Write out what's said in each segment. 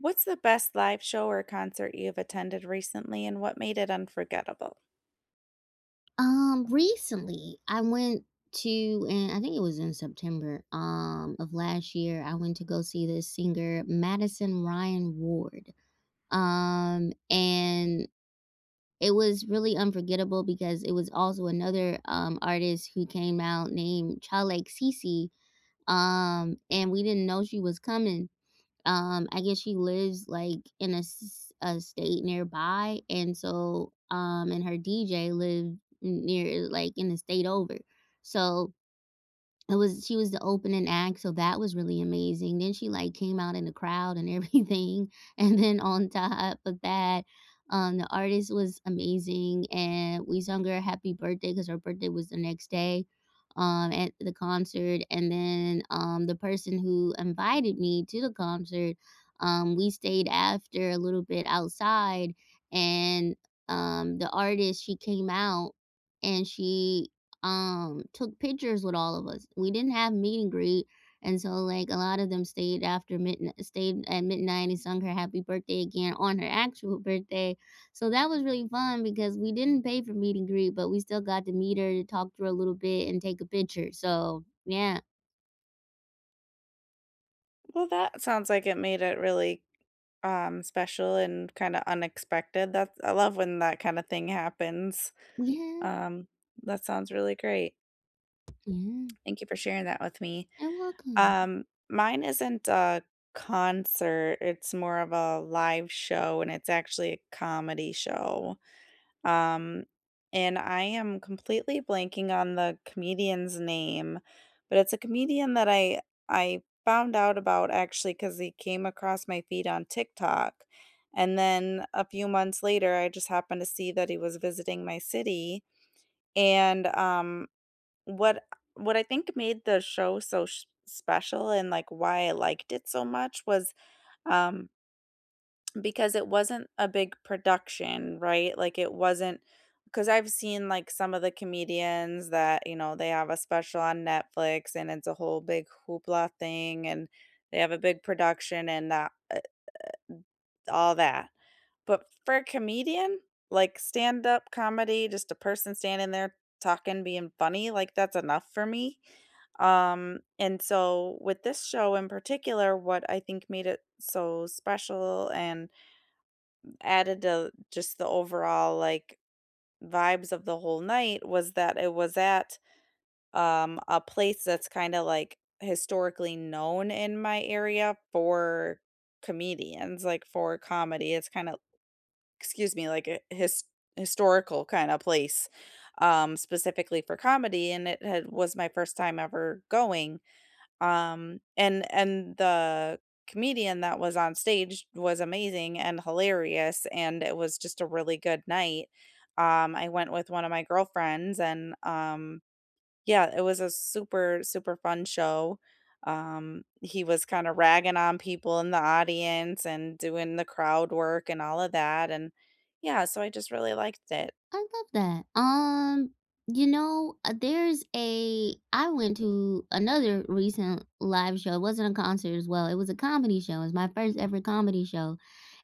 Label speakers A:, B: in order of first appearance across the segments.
A: What's the best live show or concert you've attended recently and what made it unforgettable?
B: Recently I went to and I think it was in September, of last year. I went to go see this singer, Madison Ryan Ward. And it was really unforgettable because it was also another artist who came out named Chale Cece. And we didn't know she was coming. I guess she lives like in a state nearby, and her DJ lived near like in the state over. So it was she was the opening act, so that was really amazing. Then she, like, came out in the crowd and everything, and then on top of that, the artist was amazing, and we sung her happy birthday because her birthday was the next day, at the concert. And then, the person who invited me to the concert, we stayed after a little bit outside, and, the artist, she came out, and she took pictures with all of us. We didn't have meet and greet. And so like a lot of them stayed at midnight and sung her happy birthday again on her actual birthday. So that was really fun because we didn't pay for meet and greet, but we still got to meet her, to talk to her a little bit and take a picture. So yeah.
A: Well, that sounds like it made it really special and kind of unexpected. That's I love when that kind of thing happens.
B: Yeah.
A: Um that sounds really great.
B: Yeah.
A: Thank you for sharing that with me.
B: You're welcome.
A: Um mine isn't a concert, it's more of a live show and it's actually a comedy show. Um, and I am completely blanking on the comedian's name, but it's a comedian that I found out about actually because he came across my feed on TikTok. And then a few months later, I just happened to see that he was visiting my city. And what what I think made the show so special and like why I liked it so much was um, because it wasn't a big production, right? Like, it was not because 'cause I've seen, like, some of the comedians that, you know, they have a special on Netflix, and it's a whole big hoopla thing, and they have a big production and all that. But for a comedian, like, stand-up comedy, just a person standing there talking, being funny, like, that's enough for me. And so with this show in particular, what I think made it so special and added to just the overall, like, vibes of the whole night was that it was at, a place that's kinda, like, historically known in my area for comedians, like, for comedy. It's kinda excuse me, like a historical kinda place, specifically for comedy, and it had was my first time ever going. And the comedian that was on stage was amazing and hilarious, and it was just a really good night. I went with one of my girlfriends and yeah, it was a super, super fun show. He was kind of ragging on people in the audience and doing the crowd work and all of that, and yeah, so I just really liked it.
B: I love that. You know, there's a I went to another recent live show. It wasn't a concert as well. It was a comedy show. It was my first ever comedy show.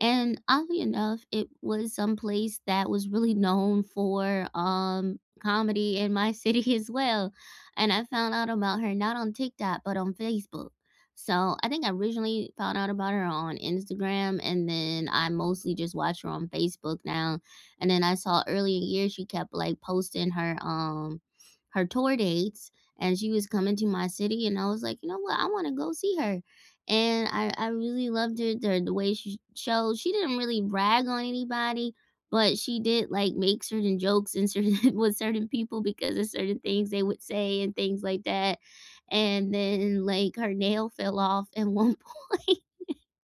B: And oddly enough, it was someplace that was really known for comedy in my city as well. And I found out about her not on TikTok, but on Facebook. So I think I originally found out about her on Instagram, and then I mostly just watch her on Facebook now, and then I saw earlier years she kept like posting her tour dates, and she was coming to my city, and I was like, you know what, I wanna go see her. And I really loved her, the way she showed. She didn't really brag on anybody, but she did like make certain jokes and certain with certain people because of certain things they would say and things like that. And then like her nail fell off at one point,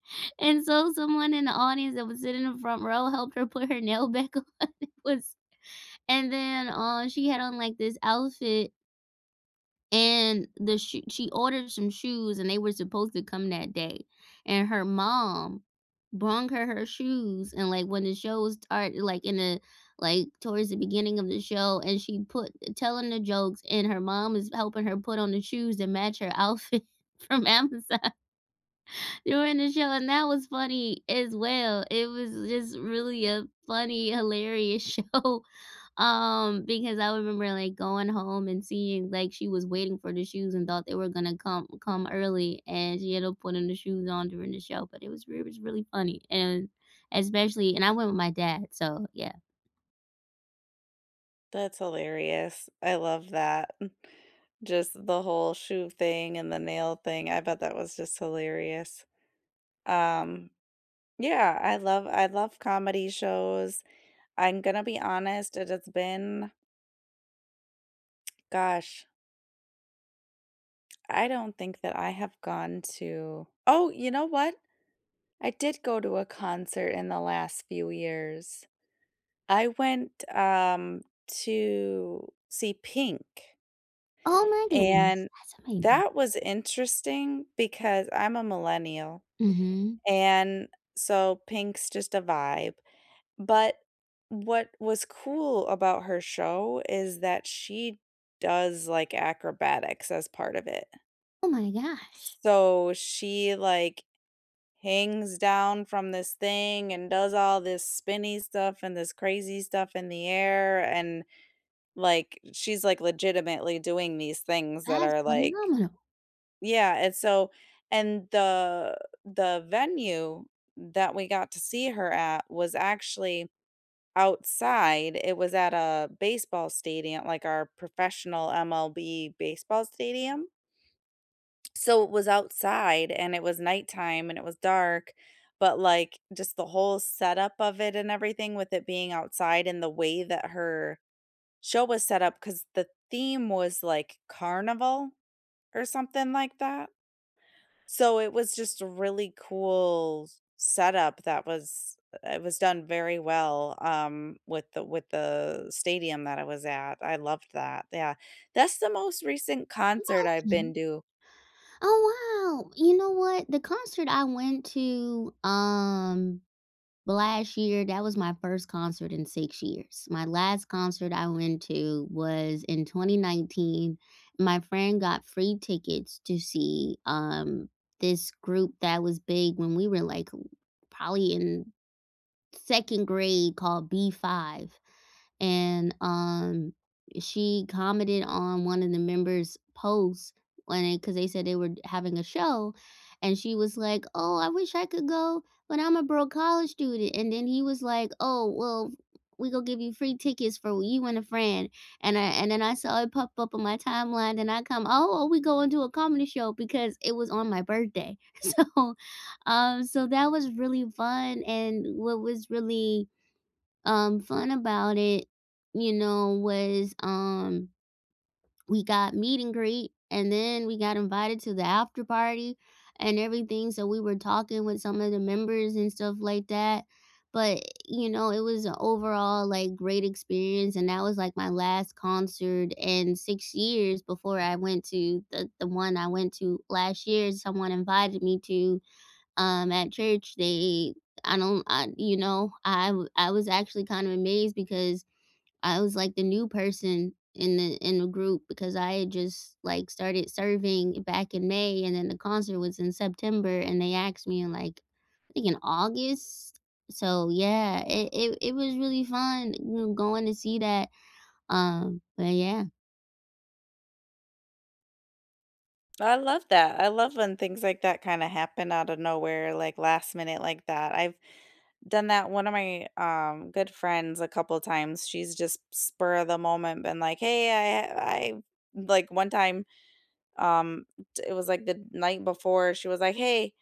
B: and so someone in the audience that was sitting in the front row helped her put her nail back on. It was And then, she had on, like, this outfit, and the shoe she ordered some shoes, and they were supposed to come that day, and her mom brung her her shoes, and, like, when the show started, like, in the like, towards the beginning of the show, and she put telling the jokes, and her mom is helping her put on the shoes that match her outfit from Amazon during the show, and that was funny as well. It was just really a funny, hilarious show, because I remember, like, going home and seeing, like, she was waiting for the shoes and thought they were gonna come early, and she ended up putting the shoes on during the show, but it was really funny. And especially, and I went with my dad, so, yeah.
A: That's hilarious. I love that. Just the whole shoe thing and the nail thing. I bet that was just hilarious. Um, yeah, I love comedy shows. I'm gonna be honest, it has been, gosh, I don't think that I have gone to. Oh, you know what? I did go to a concert in the last few years. I went to see Pink.
B: Oh my goodness,
A: And
B: that's amazing.
A: that was interesting because I'm a millennial,
B: Mhm.
A: and so Pink's just a vibe, but what was cool about her show is that she does, like, acrobatics as part of it.
B: Oh my gosh,
A: So she, like, hangs down from this thing and does all this spinny stuff and this crazy stuff in the air, and, like, she's, like, legitimately doing these things that
B: that's
A: are, like,
B: phenomenal.
A: yeah, and so and the venue that we got to see her at was actually outside. It was at a baseball stadium, like our professional MLB baseball stadium. So it was outside and it was nighttime and it was dark, but like just the whole setup of it and everything with it being outside and the way that her show was set up, because the theme was like carnival or something like that. So it was just a really cool setup that was it was done very well with the stadium that I was at. I loved that. Yeah. That's the most recent concert I've been to.
B: Oh wow. You know what? The concert I went to last year, that was my first concert in 6 years. My last concert I went to was in 2019. My friend got free tickets to see this group that was big when we were like probably in 2nd grade called B5, and, she commented on one of the members' posts when because they said they were having a show, and she was like, "Oh, I wish I could go, but I'm a broke college student," and then he was like, "Oh, well, we gonna give you free tickets for you and a friend," and then I saw it pop up on my timeline, then I come, "Oh, oh, we going to a comedy show," because it was on my birthday. So so that was really fun, and what was really, fun about it, you know, was, we got meet and greet, and then we got invited to the after party and everything, so we were talking with some of the members and stuff like that, but, you know, it was a overall, like, great experience, and that was, like, my last concert in 6 years before I went to the one I went to last year. Someone invited me to at church, they I don't I, you know, I w- I was actually kind of amazed because I was like the new person in the group because I had just like started serving back in May, and then the concert was in September, and they asked me in like I think in August. So yeah, it was really fun, you know, going to see that. But yeah.
A: I love that. I love when things like that kind of happen out of nowhere like last minute like that. I've done that one of my good friends a couple times. She's just spur of the moment been like, "Hey, I like one time Um, t it was, like, the night before, she was like, "Hey,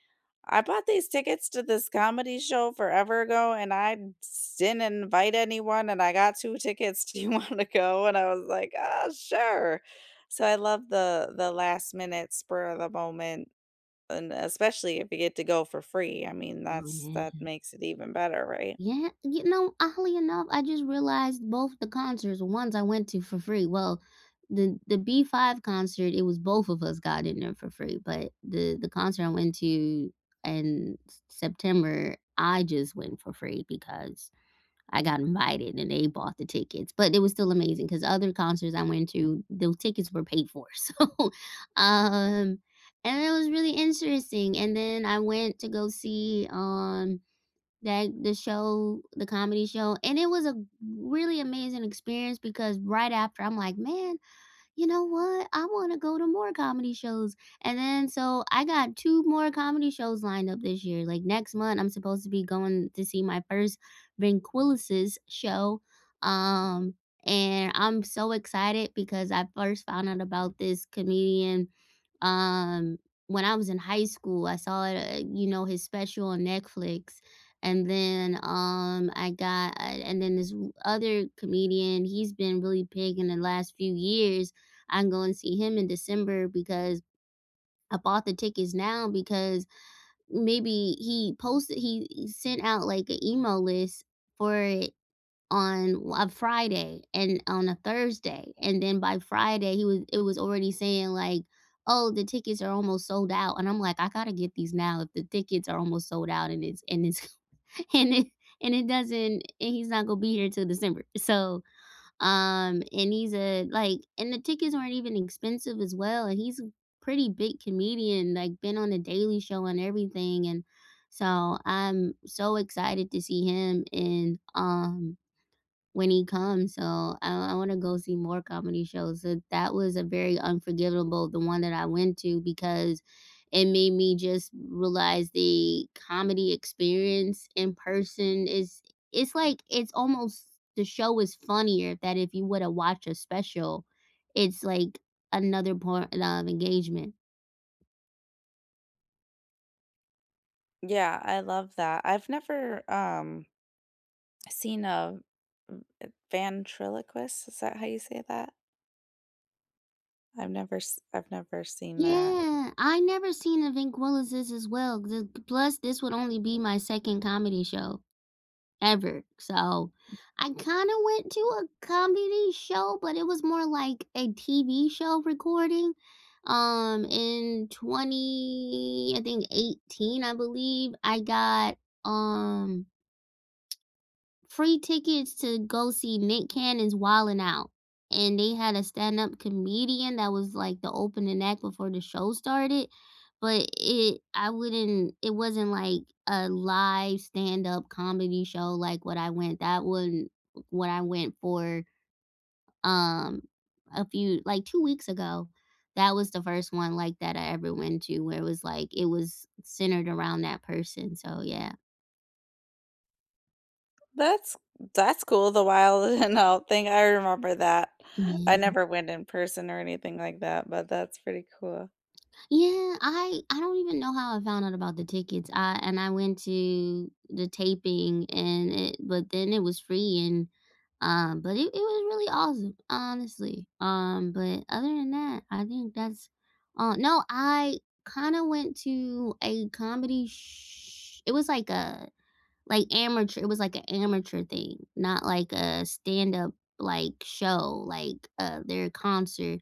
A: I bought these tickets to this comedy show forever ago, and I s didn't invite anyone, and I got 2 tickets. Do you wanna go?" And I was like, "Ah, sure." So I love the last minute spur of the moment, and especially if you get to go for free. I mean,
B: Oh,
A: that's that
B: yeah.
A: makes it even better, right?
B: Yeah, you know, oddly enough, I just realized both the concerts, the ones I went to for free. Well, the B5 concert, it was both of us got in there for free, but the concert I went to in September, I just went for free because I got invited and they bought the tickets. But it was still amazing because other concerts I went to, those tickets were paid for. So, um, and it was really interesting. And then I went to go see that the show the comedy show, and it was a really amazing experience because right after, I'm like, "Man, you know what? I wanna go to more comedy shows." And then so I got 2 more comedy shows lined up this year. Like, next month, I'm supposed to be going to see my first ventriloquist show, um, and I'm so excited because I first found out about this comedian um, when I was in high school, I saw it, you know, his special on Netflix. And then and then other comedian, he's been really big in the last few years. I can go and see him in December because I bought the tickets now because maybe he posted he sent out like an email list for it on a Friday and on a Thursday, and then by Friday he was it was already saying like, "Oh, the tickets are almost sold out," and I'm like, "I gotta get these now if the tickets are almost sold out and it's and it and it doesn't and he's not gonna be here till December." So, and the tickets weren't even expensive as well, and he's a pretty big comedian, like been on the Daily Show and everything. And so I'm so excited to see him, and when he comes. So I want to go see more comedy shows. So that was a very unforgivable, the one that I went to, because it made me just realize the comedy experience in person is it's almost, the show is funnier that if you would have watched a special, it's like another part of engagement.
A: Yeah, I love that. I've never, seen a v a ventriloquist, is that how you say that? I've never s I've never seen that.
B: Yeah, I never seen a Vanquillas as well. The- Plus, this would only be my second comedy show ever. So I kind of went to a comedy show, but it was more like a TV show recording. Um, in 20, I think 18, I believe, I got um free tickets to go see Nick Cannon's Wildin' Out, and they had a stand-up comedian that was, like, the opening act before the show started, but it I wouldn't it wasn't, like, a live stand-up comedy show like what I went for, um, 2 weeks ago. That was the first one like that I ever went to where it was, like, it was centered around that person, so yeah.
A: That's that's cool, the wild and out thing, I remember that. I
B: Yeah.
A: never went in person or anything like that, but that's pretty cool.
B: Yeah, I don't even know how I found out about the tickets. I went to the taping, and it but then it was free, and it was really awesome, honestly. But Other than that, I think that's no, I kind of went to a it was like a like amateur it was like an amateur thing, not like a stand-up like show, like their concert.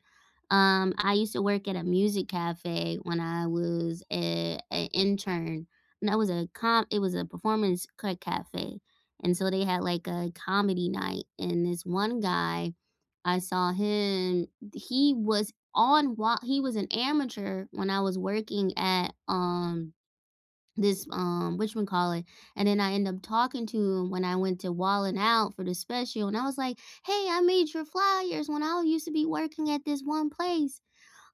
B: I used to work at a music cafe when I was a intern. And that was a com it was a performance cafe. And so they had like a comedy night. And this one guy, I saw him, he was on while he was an amateur when I was working at this Richmond College. And then I ended up talking to him when I went to Wallin Out for the special. And I was like, hey, I made your flyers when I used to be working at this one place.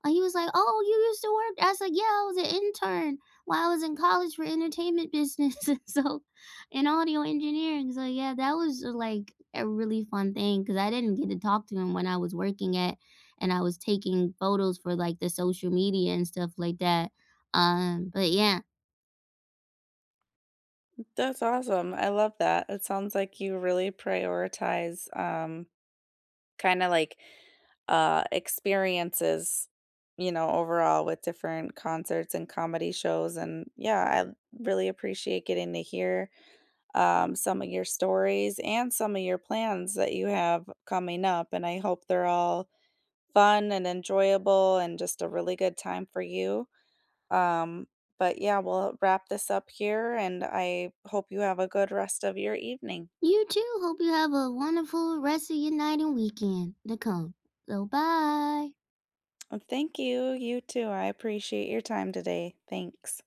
B: And he was like, "Oh, you used to work?" I was like, "Yeah, I was an intern while I was in college for entertainment business, and so in audio engineering." So yeah, that was like a really fun thing because I didn't get to talk to him when I was working at, and I was taking photos for like the social media and stuff like that. But yeah,
A: That's awesome, I love that. It sounds like you really prioritize, kinda like, experiences, you know, overall with different concerts and comedy shows, and yeah, I really appreciate getting to hear some of your stories and some of your plans that you have coming up. And I hope they're all fun and enjoyable and just a really good time for you. Um, but yeah, we'll wrap this up here. And I hope you have a good rest of your evening.
B: you too. Hope you have a wonderful rest of your night and weekend to come. So bye.
A: And thank you. You too. I appreciate your time today. Thanks.